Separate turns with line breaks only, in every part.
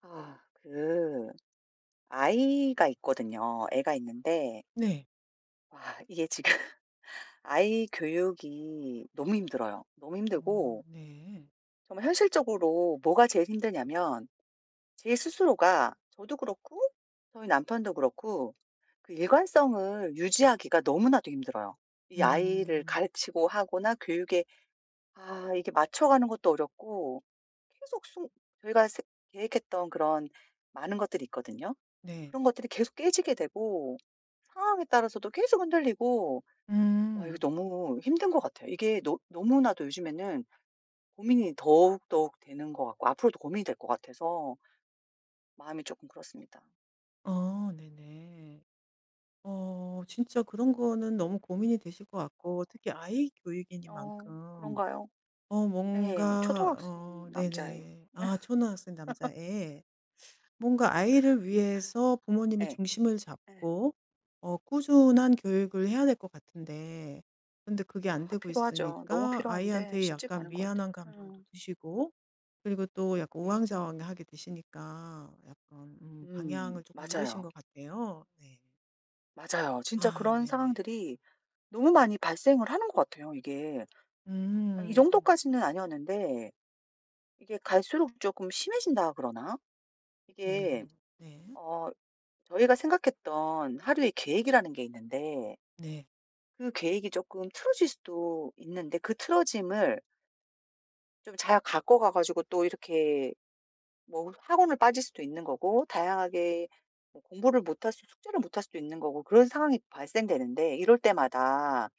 아 그 아이가 있거든요. 애가 있는데
네.
와 이게 지금 아이 교육이 너무 힘들어요. 너무
어
힘들고
네.
정말 현실적으로 뭐가 제일 힘드냐면 제 스스로가 저도 그렇고 저희 남편도 그렇고 그 일관성을 유지하기가 너무나도 힘들어요. 이 아이를
음.
가르치고 하거나 교육에 아 이게 맞춰가는 것도 어렵고 계속 순 저희가 세 계획했던 그런 많은 것들이 있거든요.
네.
그런 것들이 계속 깨지게 되고 상황에 따라서도 계속 흔들리고 와 이거
음.
너무 힘든 것 같아요. 이게 너 너무나도 요즘에는 고민이 더욱더욱 되는 것 같고 앞으로도 고민이 될 것 같아서 마음이 조금 그렇습니다.
어 네네. 어 진짜 그런 거는 너무 고민이 되실 것 같고 특히 아이
어
교육이니만큼
그런가요?
어
예.
뭔가
초등학생
어
남자애.
네네. 아 초등학생 남자애. 뭔가 아이를 위해서 부모님이
예.
중심을
예.
잡고 어 꾸준한 교육을 해야 될 것 같은데 근데 그게 안
아
되고
필요하죠. 너무
있으니까
필요한데
아이한테
쉽지가
약간
않은 것 같아요.
미안한 감정도
음.
드시고 그리고 또 약간
네.
우왕좌왕하게 되시니까 약간
음.
방향을 조금 잃으신
맞아요.
것 같아요. 네.
맞아요. 진짜
아
그런
네네.
상황들이 너무 많이 발생을 하는 것 같아요 이게. 아 이
음. 음.
정도까지는 아니었는데 이게 갈수록 조금 심해진다 그러나? 이게
네. 네.
어 저희가 생각했던 하루의 계획이라는 게 있는데
네.
그 계획이 조금 틀어질 수도 있는데 그 틀어짐을 좀 잘 갖고 가 가지고 또 이렇게 뭐 학원을 빠질 수도 있는 거고 다양하게 뭐 공부를 못할 수 숙제를 못할 수도 있는 거고 그런 상황이 발생되는데 이럴 때마다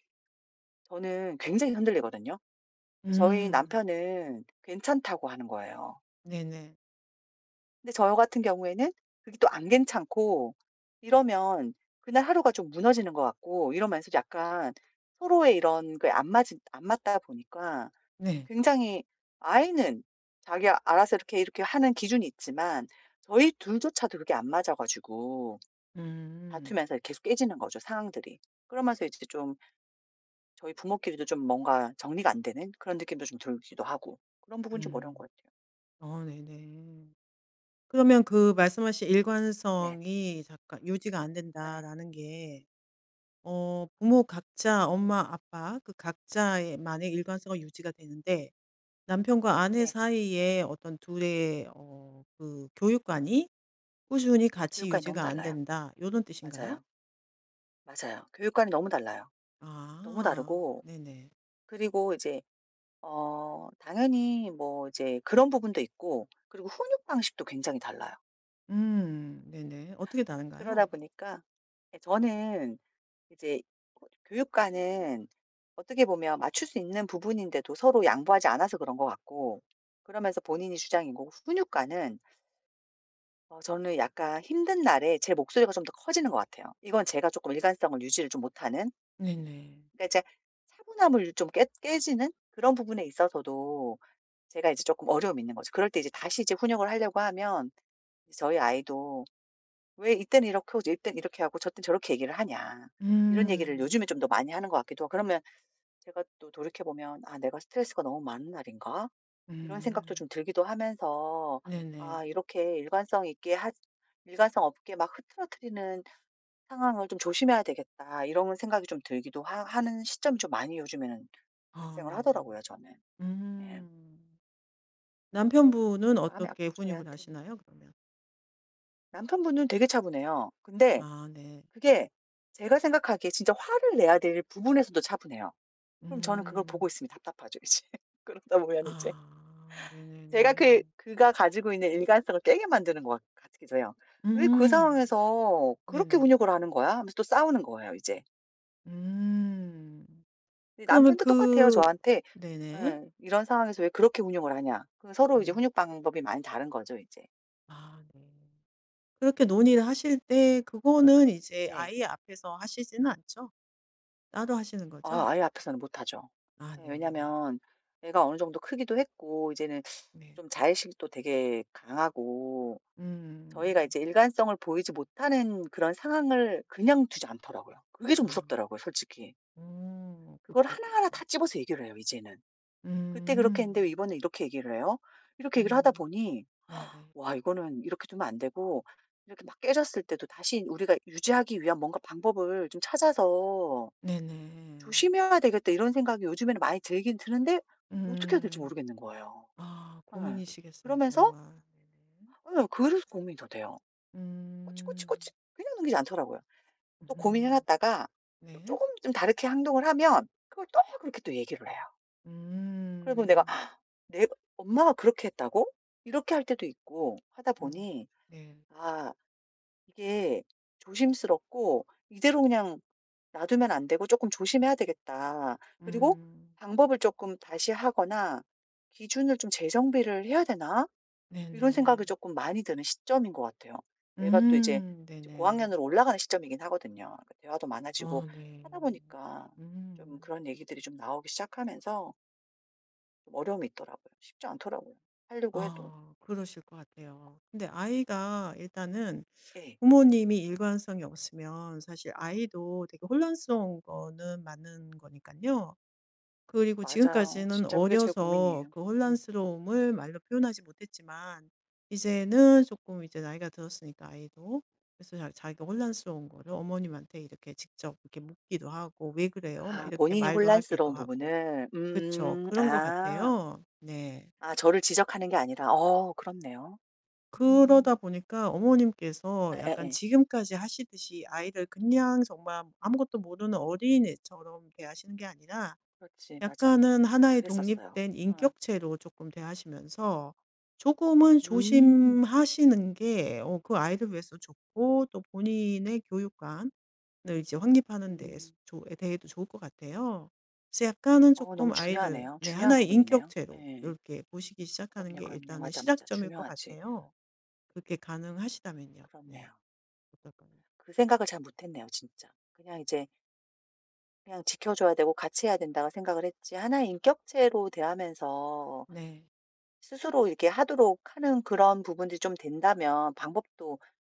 저는 굉장히 흔들리거든요. 근데 저희
음.
남편은 괜찮다고 하는 거예요.
네네.
근데 저 같은 경우에는 그게 또 안 괜찮고 이러면 그날 하루가 좀 무너지는 것 같고 이러면서 약간 서로의 이런 그게 안 맞다 보니까
네.
굉장히 아이는 자기가 알아서 이렇게 하는 기준이 있지만 저희 둘조차도 그게 안 맞아 가지고
음.
다투면서 계속 깨지는 거죠, 상황들이. 그러면서 이제 좀 저희 부모끼리도 좀 뭔가 정리가 안 되는 그런 느낌도 좀 들기도 하고 그런 부분이 좀 어려운 것
음.
같아요.
어 네네. 그러면 그 말씀하신
네.
일관성이 잠깐 유지가 안
네,
된다라는 게 어 부모 각자 엄마 아빠 그 각자의 만의 일관성은 유지가 되는데 남편과 아내
네.
사이에 어떤 둘의 어 그 교육관이 꾸준히 같이
교육관이 너무
유지가 안
달라요.
된다. 요런 뜻인가요?
맞아요. 맞아요. 교육관이 너무 달라요. 너무
아
다르고
네네.
그리고 이제 어 당연히 뭐 이제 그런 부분도 있고 그리고 훈육 방식도 굉장히 달라요.
네네. 어떻게
그러다
다른가요?
보니까 예 저는 이제 어 교육관은 어떻게 보면 맞출 수 있는 부분인데도 서로 양보하지 않아서 그런 것 같고 그러면서 본인이 주장인 거고 훈육관은 어 저는 약간 힘든 날에 제 목소리가 좀 더 커지는 것 같아요. 이건 제가 조금 일관성을 유지를 좀 못하는
네네.
그러니까 이제 차분함을 좀 깨 깨지는 그런 부분에 있어서도 제가 이제 조금 어려움이 있는 거죠. 그럴 때 이제 다시 이제 훈육을 하려고 하면 저희 아이도 "왜 이때는 이렇게 하고 이때는 이렇게 하고 저때는 저렇게 얘기를 하냐." 이런 얘기를
음.
요즘에 좀 더 많이 하는 것 같기도 하고 그러면 제가 또 돌이켜 보면 '아 내가 스트레스가 너무 많은 날인가?' 이런 생각도
음.
좀 들기도 하면서
네네.
'아 이렇게 일관성 있게 하 일관성 없게 막 흐트러트리는 상황을 좀 조심해야 되겠다.' 이런 생각이 좀 들기도 하 하는 시점이 좀 많이 요즘에는
아
발생을
네네.
하더라고요 저는. 예.
음. 남편분은
마음이
어떻게
아프죠
훈육을
애한테는.
하시나요 그러면?
남편분은 되게 차분해요. 근데
아 네.
그게 제가 생각하기에 진짜 화를 내야 될 부분에서도 차분해요. 그럼 저는 그걸 보고
음.
있으면 답답하죠 이제. 그러다 보면 이제
아
제가 그
네네네.
그가 가지고 있는 일관성을 깨게 만드는 것 같기도 해요. '왜 그
음.
상황에서 그렇게
네네.
훈육을 하는 거야?' 하면서 또 싸우는 거예요 이제.
음.
근데
그러면
남편도 똑같아요
그
저한테.
네네.
예. "이런 상황에서 왜 그렇게 훈육을 하냐." 그 서로 이제
네.
훈육 방법이 많이 다른 거죠 이제.
아 네. 그렇게 논의를 하실 때 그거는 이제
네.
아이 앞에서 하시지는 않죠? 따로 하시는 거죠?
아 아이 앞에서는 못하죠.
아
예
네네.
왜냐면 애가 어느 정도 크기도 했고 이제는
네.
좀 자의식도 되게 강하고
음.
저희가 이제 일관성을 보이지 못하는 그런 상황을 그냥 두지 않더라고요. 그게 좀
아.
무섭더라고요 솔직히.
오,
그걸
그쵸,
하나하나 다
그쵸.
집어서 얘기를 해요 이제는. "그때 그렇게 했는데
음.
왜 이번에 이렇게 얘기를 해요?" 이렇게 얘기를 하다
음.
보니
네네.
와 이거는 이렇게 두면 안 되고 이렇게 막 깨졌을 때도 다시 우리가 유지하기 위한 뭔가 방법을 좀 찾아서
네네.
'조심해야 되겠다.' 이런 생각이 요즘에는 많이 들긴 드는데 어떻게 해야 될지
음.
모르겠는 거예요.
아
예.
고민이시겠어요
그러면서
정말. 네네.
예 그래서 고민이 더 돼요.
음.
꼬치꼬치꼬치 그냥 넘기지 않더라고요. 또 고민해
음.
놨다가 조
네.
금 좀 다르게 행동을 하면 그걸 또 그렇게 또 얘기를 해요. 그러면 내가
음.
"아, '내 엄마가 그렇게 했다고?' 이렇게 할 때도 있고 하다
음.
보니
네.
아 이게 조심스럽고 이대로 그냥 놔두면 안 되고 조금 조심해야 되겠다. 그리고
음.
방법을 조금 다시 하거나 '기준을 좀 재정비를 해야 되나?' 이런
네네.
생각이 조금 많이 드는 시점인 것 같아요. 내가 또 이제 이제
네네.
고학년으로 올라가는 시점이긴 하거든요. 그 대화도 많아지고
어
하다
네.
보니까 좀
음.
그런 얘기들이 좀 나오기 시작하면서 좀 어려움이 있더라고요. 쉽지 않더라고요, 하려고 해도.
아 그러실 것 같아요. 근데 아이가 일단은
예.
부모님이 일관성이 없으면 사실 아이도 되게 혼란스러운 거는 맞는 거니까요. 그리고
맞아요.
지금까지는
진짜 그게 제일
어려서
고민이에요.
그
음.
혼란스러움을 말로 표현하지 못했지만 이제는 조금 이제 나이가 들었으니까 아이도 그래서 자 자기가 혼란스러운 거를 어머님한테 이렇게 직접 이렇게 묻기도 하고 "왜 그래요?" 막
아
이렇게
본인이
말도
혼란스러운
하기도 하고.
부분을.
그쵸.
음.
그런 것
아.
같아요. 네.
아 저를 지적하는 게 아니라. 어 그렇네요. 음.
그러다 보니까
에,
어머님께서
에,
약간
에.
지금까지 하시듯이 아이를 그냥 정말 아무것도 모르는 어린애처럼 대하시는 게 아니라
그렇지. 맞아.
약간은
아,
하나의
그랬었어요.
독립된
아,
인격체로 조금 대하시면서 조금은
음.
조심하시는 게 어 그 아이를 위해서 좋고 또 본인의 교육관을 이제 확립하는 데
음.
에 대해도 좋을 것 같아요. 그래서 약간은
어 너무
조금 아이를
중요하네요.
네
중요한
하나의
부분이네요.
인격체로 이
예.
렇게 보시기 시작하는
그럼요,
게
그럼요.
일단은
맞아, 맞아.
시작점일 것
중요하지.
같아요. 그렇게 가능하시다면요. 네.
그렇네요.
어떨까요?
그 생각을 잘 못했네요 진짜. 그냥 이제 그냥 지켜줘야 되고 같이 해야 된다고 생각을 했지 하나의 인격체로 대하면서
네.
스스로 이렇게 하도록 하는 그런 부분들이 좀 된다면 방법도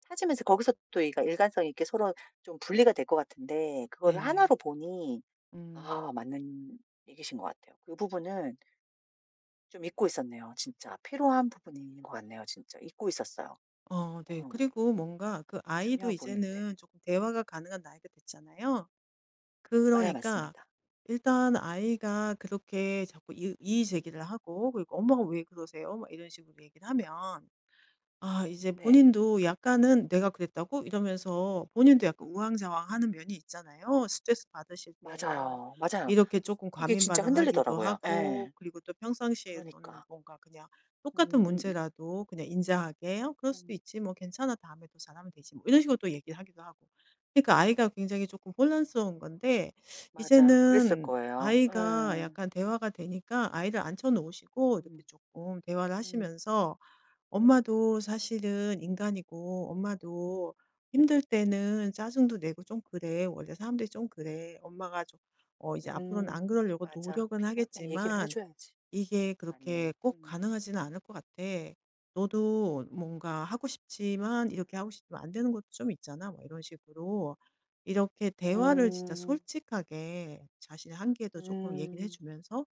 찾으면서 거기서 또 이가 일관성 있게 서로 좀 분리가 될 것 같은데 그거를 하나로
네네.
보니
음.
아 맞는 얘기신 것 같아요. 그 부분은 좀 잊고 있었네요 진짜. 필요한 부분이 있는 것 같네요 진짜. 잊고 있었어요.
어 네.
어
그리고 뭔가 그 아이도
중요한 부분인데.
이제는 조금 대화가 가능한 나이가 됐잖아요.
맞아
그러니까
맞습니다.
일단 아이가 그렇게 자꾸 이의 제기를 하고 그리고 "엄마가 왜 그러세요?" 막 이런 식으로 얘기를 하면 아 이제
네.
본인도 약간은 '내가 그랬다고?' 이러면서 본인도 약간 우왕좌왕하는 면이 있잖아요. 스트레스 받으실 때는
맞아요. 맞아요.
이렇게 조금
이게
과민
진짜
반응하기도
흔들리더라고요.
하고
예.
그리고 또 평상시에서는
그러니까.
뭔가 그냥 똑같은
음.
문제라도 그냥 인자하게 "어 그럴
음,
수도
음.
있지. 뭐 괜찮아. 다음에 또 잘하면 되지." 뭐 이런 식으로 또 얘기를 하기도 하고. 그러니까 아이가 굉장히 조금 혼란스러운 건데
맞아. 그랬을
이제는
거예요.
아이가
예.
약간 대화가 되니까 아이를 앉혀 놓으시고 이렇게
음.
조금 대화를
음.
하시면서 엄마도 사실은 인간이고 엄마도 힘들 때는 짜증도 내고 좀 그래. 원래 사람들이 좀 그래. 엄마가 좀, 어, 이제 앞으로는
음.
안 그러려고
맞아.
노력은
필요 얘기를 해
하겠지만
줘야지.
이게 그렇게
맞네.
꼭
음.
가능하지는 않을 것 같아. 너도 뭔가 하고 싶지만 이렇게 하고 싶으면 안 되는 것도 좀 있잖아. 뭐 이런 식으로. 이렇게 대화를 진짜
음.
솔직하게 자신의 한계도 조금 얘기를
음.
해주면서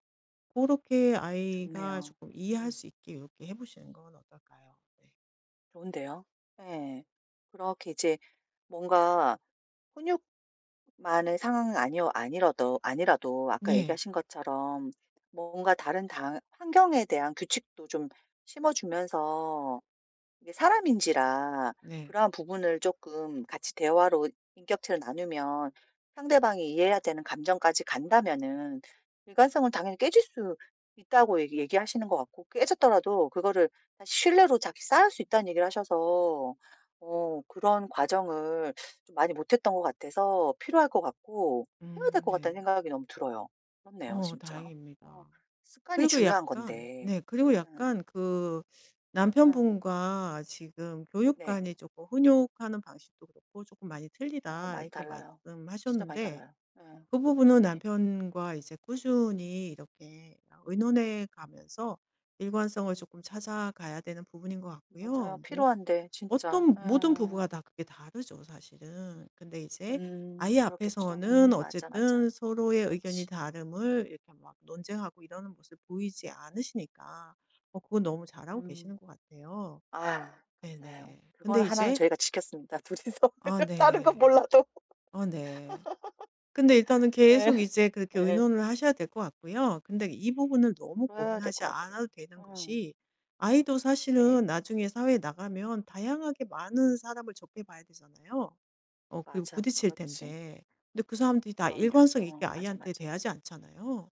그렇게 아이가
좋네요.
조금 이해할
음.
수 있게 이렇게 해 보시는 건 어떨까요? 네.
좋은데요. 예. 그렇게 이제 뭔가 훈육만의 상황은 아니어 아니라도 아니라도 아까
네.
얘기하신 것처럼 뭔가 다른 당 환경에 대한 규칙도 좀 심어 주면서 이게 사람인지라
네.
그러한 부분을 조금 같이 대화로 인격체를 나누면 상대방이 이해해야 되는 감정까지 간다면은 일관성은 당연히 깨질 수 있다고 얘기하시는 것 같고 깨졌더라도 그거를 다시 신뢰로 다시 쌓을 수 있다는 얘기를 하셔서 어 그런 과정을 좀 많이 못했던 것 같아서 필요할 것 같고 해야 될
음.
것
네.
같다는 생각이 너무 들어요. 그렇네요
어
진짜. 어
다행입니다.
습관이
그리고
중요한
약간
건데.
네 그리고
음.
약간 그
음.
남편분과 지금
네.
교육관이 조금 훈육하는 방식도 그렇고 조금 많이
어
틀리다."
많이
이렇게
달라요. 진짜 많이
말씀하셨는데
달라요. 예.
그 부분은
예.
남편과 이제 꾸준히 이렇게 의논해 가면서 일관성을 조금 찾아가야 되는 부분인 것
맞아요.
같고요. 뭐
필요한데 진짜.
어떤
예.
모든 부부가 다 그게 다르죠, 사실은. 근데 이제 아이
그렇겠죠.
앞에서는
맞아, 맞아.
어쨌든 서로의 의견이
그렇지.
다름을 이렇게 막 논쟁하고 이러는 모습 보이지 않으시니까 어 그건 너무 잘하고
음.
계시는 것 같아요.
아 감사해요.
네네. 근데
그거는 하나는
이제
저희가 지켰습니다, 둘이서.
아
다른 건
네.
몰라도.
아 네. 근데 일단은
예.
계속 이제 그렇게
예.
의논을 하셔야 될 것 같고요. 근데 이 부분을 너무
그래야 될
고민하지
것 같아요.
않아도 되는
응
것이 아이도
예.
사실은 나중에 사회에 나가면 다양하게 많은 사람을 접해 봐야 되잖아요. 어 그리고
맞아.
부딪힐
그렇지.
텐데. 근데 그 사람들이 다
그럼요.
일관성
어
있게
맞아,
아이한테
맞아.
대하지 않잖아요.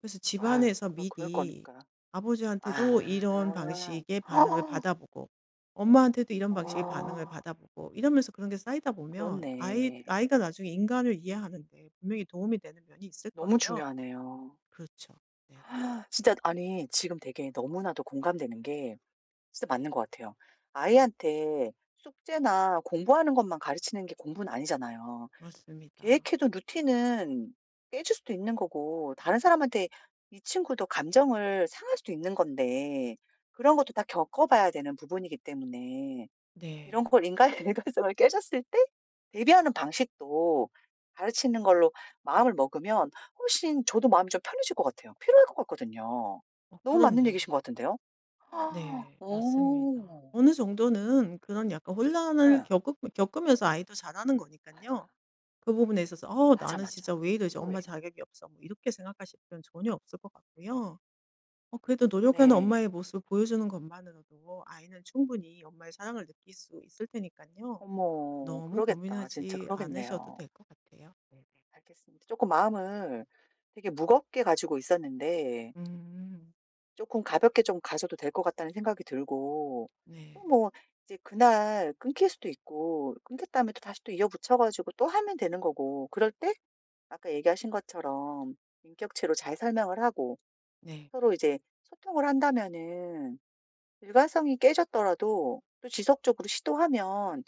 그래서
아유
집안에서
그럴
미리
거니까.
아버지한테도 이런
아.
방식의 반응을 받아보고 엄마한테도 이런 방식의 반응을
어
받아보고 이러면서 그런 게 쌓이다 보면 아이
그렇네.
아이가 나중에 인간을 이해하는 데 분명히 도움이 되는 면이 있을
너무
거예요.
중요하네요.
그렇죠. 네네.
진짜 아니 지금 되게 너무나도 공감되는 게 진짜 맞는 것 같아요. 아이한테 숙제나 공부하는 것만 가르치는 게 공부는 아니잖아요.
맞습니다.
계획해둔 루틴은 깨질 수도 있는 거고 다른 사람한테 이 친구도 감정을 상할 수도 있는 건데 그런 것도 다 겪어봐야 되는 부분이기 때문에 이런
네.
걸 인간의 일관성을 깨졌을 때 대비하는 방식도 가르치는 걸로 마음을 먹으면 훨씬 저도 마음이 좀 편해질 것 같아요. 필요할 것 같거든요.
어
너무 맞는 얘기신
그럼요.
것 같은데요?
네. 맞습니다.
오!
어느 정도는 그런 약간 혼란을
예.
겪으면서 아이도 자라는 거니까
맞아.
요 그 부분에 있어서 '어
맞아,
나는
맞아.
진짜 왜 이러지?
필요해.
엄마 자격이 없어.' 뭐 이렇게 생각하실 필요는 전혀 없을 것 같고요. 어 그래도 노력하는
네.
엄마의 모습을 보여주는 것만으로도 아이는 충분히 엄마의 사랑을 느낄 수 있을 테니까요.
어머.
너무
그러겠다. 진짜
고민하지 않으셔도
그러겠네요.
될 것 같아요. 네네.
알겠습니다. 조금 마음을 되게 무겁게 가지고 있었는데
음.
조금 가볍게 좀 가셔도 될 것 같다는 생각이 들고 또
네.
뭐 이제 그날 끊길 수도 있고 끊겼다면 또 다시 또 이어붙여 가지고 또 하면 되는 거고 그럴 때 아까 얘기하신 것처럼 인격체로 잘 설명을 하고
네.
서로 이제 소통을 한다면은 일관성이 깨졌더라도 또 지속적으로 시도하면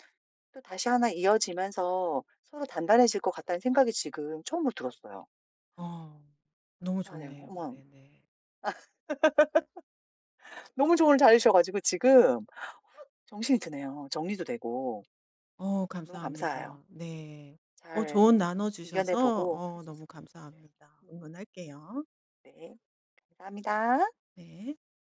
또 다시 하나 이어지면서 서로 단단해질 것 같다는 생각이 지금 처음으로 들었어요.
어. 너무
감사하네요.
좋네요.
어머
네네.
너무 조언을 잘해 주셔 가지고 지금 정신이 드네요. 정리도 되고.
어
너무 감사해요.
감사합니다. 네. 어
잘
조언 나눠
이겨내
주셔서
보고 할
어
수
너무
있을 것 같아요.
감사합니다.
음
응원할게요.
네. 감사합니다.
네.